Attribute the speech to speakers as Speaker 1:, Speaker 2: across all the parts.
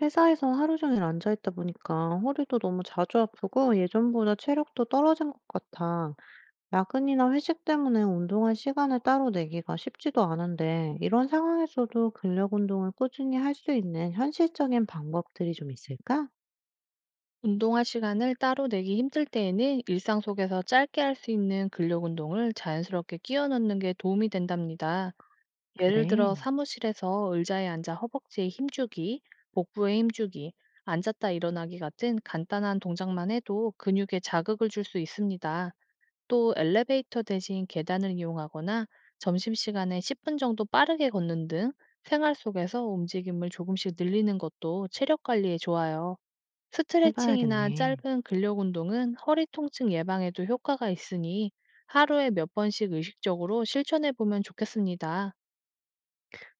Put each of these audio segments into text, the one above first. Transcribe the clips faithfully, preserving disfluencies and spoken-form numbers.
Speaker 1: 회사에서 하루 종일 앉아 있다 보니까 허리도 너무 자주 아프고 예전보다 체력도 떨어진 것 같아. 야근이나 회식 때문에 운동할 시간을 따로 내기가 쉽지도 않은데, 이런 상황에서도 근력 운동을 꾸준히 할 수 있는 현실적인 방법들이 좀 있을까?
Speaker 2: 운동할 시간을 따로 내기 힘들 때에는 일상 속에서 짧게 할 수 있는 근력 운동을 자연스럽게 끼워 넣는 게 도움이 된답니다. 예를
Speaker 1: 그래,
Speaker 2: 들어 사무실에서 의자에 앉아 허벅지에 힘주기, 복부에 힘주기, 앉았다 일어나기 같은 간단한 동작만 해도 근육에 자극을 줄 수 있습니다. 또 엘리베이터 대신 계단을 이용하거나 점심시간에 십 분 정도 빠르게 걷는 등 생활 속에서 움직임을 조금씩 늘리는 것도 체력 관리에 좋아요. 스트레칭이나
Speaker 1: 해봐야겠네.
Speaker 2: 짧은 근력 운동은 허리 통증 예방에도 효과가 있으니 하루에 몇 번씩 의식적으로 실천해 보면 좋겠습니다.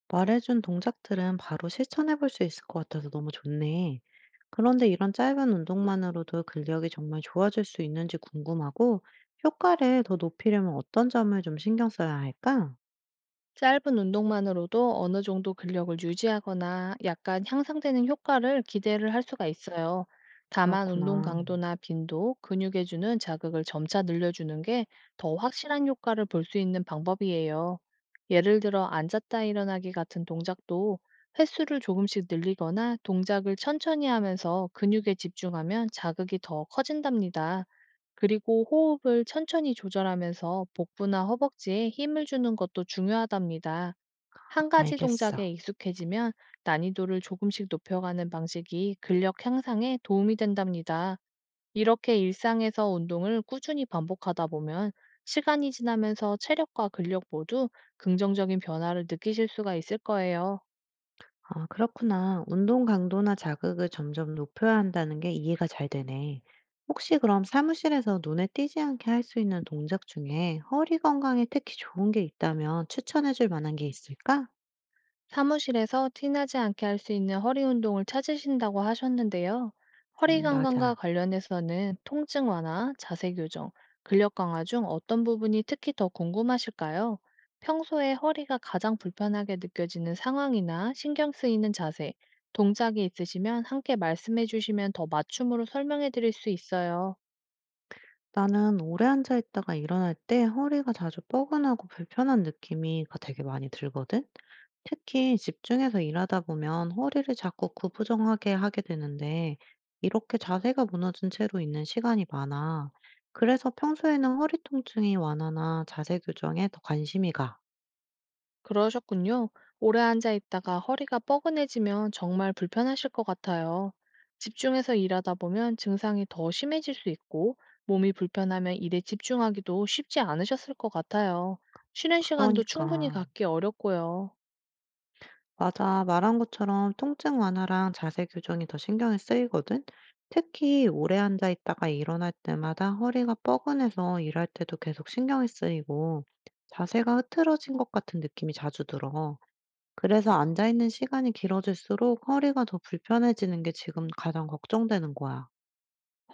Speaker 1: 말해준 동작들은 바로 실천해 볼 수 있을 것 같아서 너무 좋네. 그런데 이런 짧은 운동만으로도 근력이 정말 좋아질 수 있는지 궁금하고, 효과를 더 높이려면 어떤 점을 좀 신경 써야 할까?
Speaker 2: 짧은 운동만으로도 어느 정도 근력을 유지하거나 약간 향상되는 효과를 기대를 할 수가 있어요. 다만 운동
Speaker 1: 그렇구나.
Speaker 2: 강도나 빈도, 근육에 주는 자극을 점차 늘려주는 게 더 확실한 효과를 볼 수 있는 방법이에요. 예를 들어 앉았다 일어나기 같은 동작도 횟수를 조금씩 늘리거나 동작을 천천히 하면서 근육에 집중하면 자극이 더 커진답니다. 그리고 호흡을 천천히 조절하면서 복부나 허벅지에 힘을 주는 것도 중요하답니다. 한 가지 동작에
Speaker 1: 알겠어.
Speaker 2: 익숙해지면 난이도를 조금씩 높여가는 방식이 근력 향상에 도움이 된답니다. 이렇게 일상에서 운동을 꾸준히 반복하다 보면 시간이 지나면서 체력과 근력 모두 긍정적인 변화를 느끼실 수가 있을 거예요.
Speaker 1: 아, 그렇구나. 운동 강도나 자극을 점점 높여야 한다는 게 이해가 잘 되네. 혹시 그럼 사무실에서 눈에 띄지 않게 할 수 있는 동작 중에 허리 건강에 특히 좋은 게 있다면 추천해 줄 만한 게 있을까?
Speaker 2: 사무실에서 티나지 않게 할 수 있는 허리 운동을 찾으신다고 하셨는데요. 허리
Speaker 1: 음,
Speaker 2: 건강과
Speaker 1: 맞아.
Speaker 2: 관련해서는 통증 완화, 자세 교정, 근력 강화 중 어떤 부분이 특히 더 궁금하실까요? 평소에 허리가 가장 불편하게 느껴지는 상황이나 신경 쓰이는 자세, 동작이 있으시면 함께 말씀해 주시면 더 맞춤으로 설명해 드릴 수 있어요.
Speaker 1: 나는 오래 앉아 있다가 일어날 때 허리가 자주 뻐근하고 불편한 느낌이 가- 되게 많이 들거든? 특히 집중해서 일하다 보면 허리를 자꾸 구부정하게 하게 되는데, 이렇게 자세가 무너진 채로 있는 시간이 많아. 그래서 평소에는 허리 통증이 완화나 자세 교정에 더 관심이 가.
Speaker 2: 그러셨군요. 오래 앉아 있다가 허리가 뻐근해지면 정말 불편하실 것 같아요. 집중해서 일하다 보면 증상이 더 심해질 수 있고, 몸이 불편하면 일에 집중하기도 쉽지 않으셨을 것 같아요. 쉬는 시간도 충분히
Speaker 1: 그러니까.
Speaker 2: 갖기 어렵고요.
Speaker 1: 맞아. 말한 것처럼 통증 완화랑 자세 교정이 더 신경이 쓰이거든. 특히 오래 앉아 있다가 일어날 때마다 허리가 뻐근해서 일할 때도 계속 신경이 쓰이고 자세가 흐트러진 것 같은 느낌이 자주 들어. 그래서 앉아 있는 시간이 길어질수록 허리가 더 불편해지는 게 지금 가장 걱정되는 거야.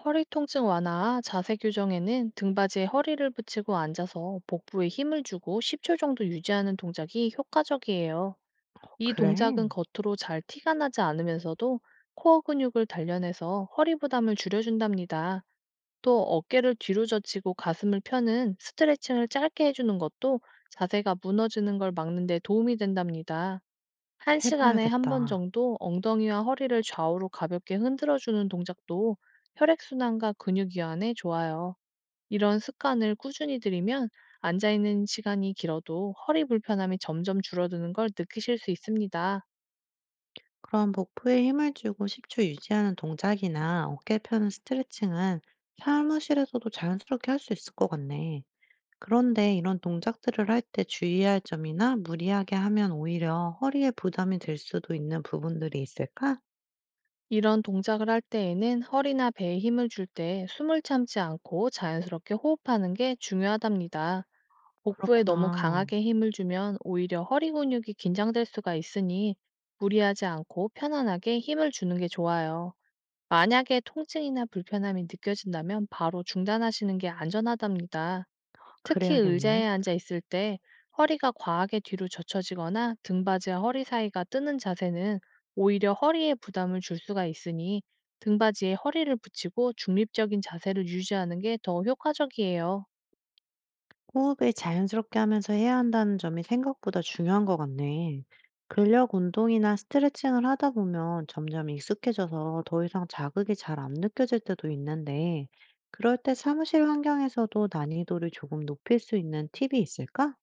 Speaker 2: 허리 통증 완화와 자세 교정에는 등받이에 허리를 붙이고 앉아서 복부에 힘을 주고 십 초 정도 유지하는 동작이 효과적이에요.
Speaker 1: 어,
Speaker 2: 이
Speaker 1: 그래?
Speaker 2: 동작은 겉으로 잘 티가 나지 않으면서도 코어 근육을 단련해서 허리 부담을 줄여준답니다. 또 어깨를 뒤로 젖히고 가슴을 펴는 스트레칭을 짧게 해주는 것도 자세가 무너지는 걸 막는 데 도움이 된답니다. 한 시간에 한 번
Speaker 1: 해봐야겠다.
Speaker 2: 정도 엉덩이와 허리를 좌우로 가볍게 흔들어주는 동작도 혈액순환과 근육이완에 좋아요. 이런 습관을 꾸준히 들이면 앉아있는 시간이 길어도 허리 불편함이 점점 줄어드는 걸 느끼실 수 있습니다.
Speaker 1: 그럼 복부에 힘을 주고 십 초 유지하는 동작이나 어깨 펴는 스트레칭은 사무실에서도 자연스럽게 할 수 있을 것 같네. 그런데 이런 동작들을 할 때 주의해야 할 점이나 무리하게 하면 오히려 허리에 부담이 될 수도 있는 부분들이 있을까?
Speaker 2: 이런 동작을 할 때에는 허리나 배에 힘을 줄 때 숨을 참지 않고 자연스럽게 호흡하는 게 중요하답니다. 복부에 너무
Speaker 1: 그렇구나.
Speaker 2: 강하게 힘을 주면 오히려 허리 근육이 긴장될 수가 있으니 무리하지 않고 편안하게 힘을 주는 게 좋아요. 만약에 통증이나 불편함이 느껴진다면 바로 중단하시는 게 안전하답니다. 특히 의자에
Speaker 1: 그래야겠네.
Speaker 2: 앉아 있을 때 허리가 과하게 뒤로 젖혀지거나 등받이와 허리 사이가 뜨는 자세는 오히려 허리에 부담을 줄 수가 있으니 등받이에 허리를 붙이고 중립적인 자세를 유지하는 게 더 효과적이에요.
Speaker 1: 호흡을 자연스럽게 하면서 해야 한다는 점이 생각보다 중요한 것 같네. 근력 운동이나 스트레칭을 하다 보면 점점 익숙해져서 더 이상 자극이 잘 안 느껴질 때도 있는데, 그럴 때 사무실 환경에서도 난이도를 조금 높일 수 있는 팁이 있을까?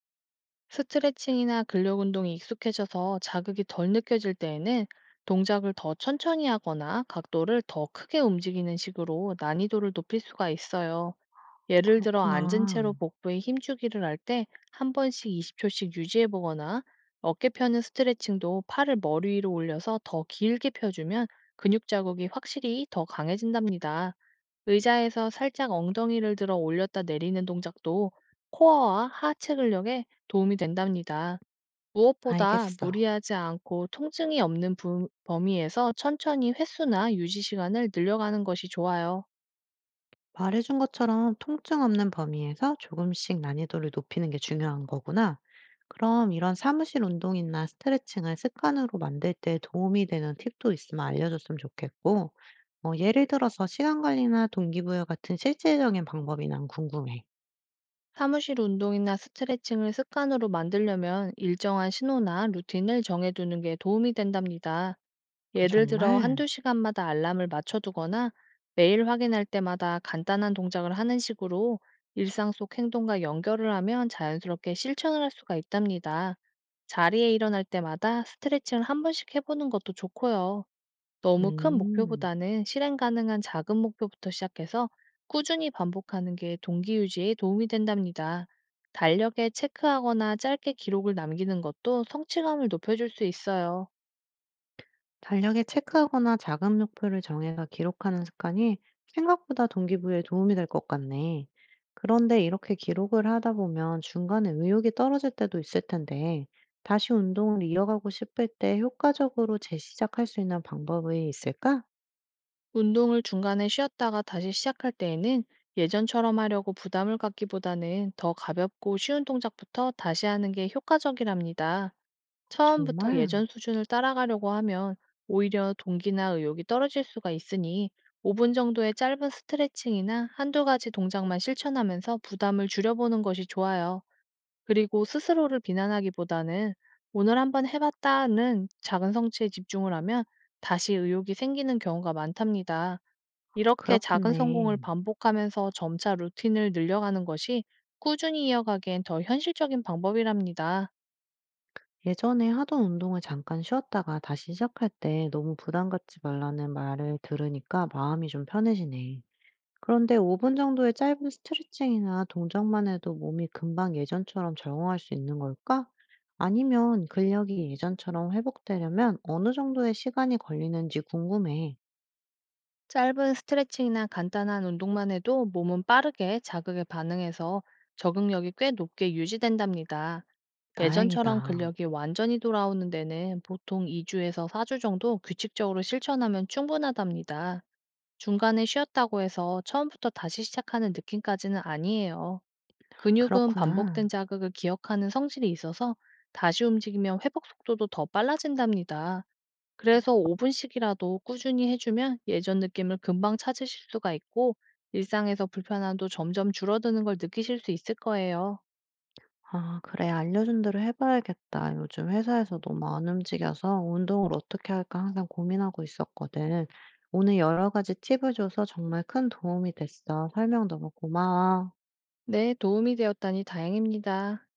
Speaker 2: 스트레칭이나 근력 운동이 익숙해져서 자극이 덜 느껴질 때에는 동작을 더 천천히 하거나 각도를 더 크게 움직이는 식으로 난이도를 높일 수가 있어요. 예를 들어 앉은
Speaker 1: 그렇구나.
Speaker 2: 채로 복부에 힘주기를 할 때 한 번씩 이십 초씩 유지해 보거나 어깨 펴는 스트레칭도 팔을 머리 위로 올려서 더 길게 펴주면 근육 자극이 확실히 더 강해진답니다. 의자에서 살짝 엉덩이를 들어 올렸다 내리는 동작도 코어와 하체 근력에 도움이 된답니다. 무엇보다
Speaker 1: 알겠어.
Speaker 2: 무리하지 않고 통증이 없는 부- 범위에서 천천히 횟수나 유지 시간을 늘려가는 것이 좋아요.
Speaker 1: 말해준 것처럼 통증 없는 범위에서 조금씩 난이도를 높이는 게 중요한 거구나. 그럼 이런 사무실 운동이나 스트레칭을 습관으로 만들 때 도움이 되는 팁도 있으면 알려줬으면 좋겠고, 어, 예를 들어서 시간 관리나 동기부여 같은 실질적인 방법이 난 궁금해.
Speaker 2: 사무실 운동이나 스트레칭을 습관으로 만들려면 일정한 신호나 루틴을 정해두는 게 도움이 된답니다.
Speaker 1: 어,
Speaker 2: 예를 들어
Speaker 1: 정말?
Speaker 2: 한두 시간마다 알람을 맞춰두거나 매일 확인할 때마다 간단한 동작을 하는 식으로 일상 속 행동과 연결을 하면 자연스럽게 실천을 할 수가 있답니다. 자리에 일어날 때마다 스트레칭을 한 번씩 해보는 것도 좋고요. 너무 큰
Speaker 1: 음.
Speaker 2: 목표보다는 실행 가능한 작은 목표부터 시작해서 꾸준히 반복하는 게 동기 유지에 도움이 된답니다. 달력에 체크하거나 짧게 기록을 남기는 것도 성취감을 높여줄 수 있어요.
Speaker 1: 달력에 체크하거나 작은 목표를 정해서 기록하는 습관이 생각보다 동기부여에 도움이 될 것 같네. 그런데 이렇게 기록을 하다 보면 중간에 의욕이 떨어질 때도 있을 텐데, 다시 운동을 이어가고 싶을 때 효과적으로 재시작할 수 있는 방법이 있을까?
Speaker 2: 운동을 중간에 쉬었다가 다시 시작할 때에는 예전처럼 하려고 부담을 갖기보다는 더 가볍고 쉬운 동작부터 다시 하는 게 효과적이랍니다.
Speaker 1: 어,
Speaker 2: 처음부터
Speaker 1: 정말
Speaker 2: 예전 수준을 따라가려고 하면 오히려 동기나 의욕이 떨어질 수가 있으니 오 분 정도의 짧은 스트레칭이나 한두 가지 동작만 실천하면서 부담을 줄여보는 것이 좋아요. 그리고 스스로를 비난하기보다는 오늘 한번 해봤다는 작은 성취에 집중을 하면 다시 의욕이 생기는 경우가 많답니다. 이렇게 작은
Speaker 1: 그렇겠네.
Speaker 2: 성공을 반복하면서 점차 루틴을 늘려가는 것이 꾸준히 이어가기엔 더 현실적인 방법이랍니다.
Speaker 1: 예전에 하던 운동을 잠깐 쉬었다가 다시 시작할 때 너무 부담 갖지 말라는 말을 들으니까 마음이 좀 편해지네. 그런데 오 분 정도의 짧은 스트레칭이나 동작만 해도 몸이 금방 예전처럼 적응할 수 있는 걸까? 아니면 근력이 예전처럼 회복되려면 어느 정도의 시간이 걸리는지 궁금해.
Speaker 2: 짧은 스트레칭이나 간단한 운동만 해도 몸은 빠르게 자극에 반응해서 적응력이 꽤 높게 유지된답니다.
Speaker 1: 다행이다.
Speaker 2: 예전처럼 근력이 완전히 돌아오는 데는 보통 이 주에서 사 주 정도 규칙적으로 실천하면 충분하답니다. 중간에 쉬었다고 해서 처음부터 다시 시작하는 느낌까지는 아니에요. 근육은
Speaker 1: 그렇구나.
Speaker 2: 반복된 자극을 기억하는 성질이 있어서 다시 움직이면 회복 속도도 더 빨라진답니다. 그래서 오 분씩이라도 꾸준히 해 주면 예전 느낌을 금방 찾으실 수가 있고 일상에서 불편함도 점점 줄어드는 걸 느끼실 수 있을 거예요.
Speaker 1: 아, 그래. 알려준 대로 해봐야겠다. 요즘 회사에서 너무 안 움직여서 운동을 어떻게 할까 항상 고민하고 있었거든. 오늘 여러 가지 팁을 줘서 정말 큰 도움이 됐어. 설명 너무 고마워.
Speaker 2: 네, 도움이 되었다니 다행입니다.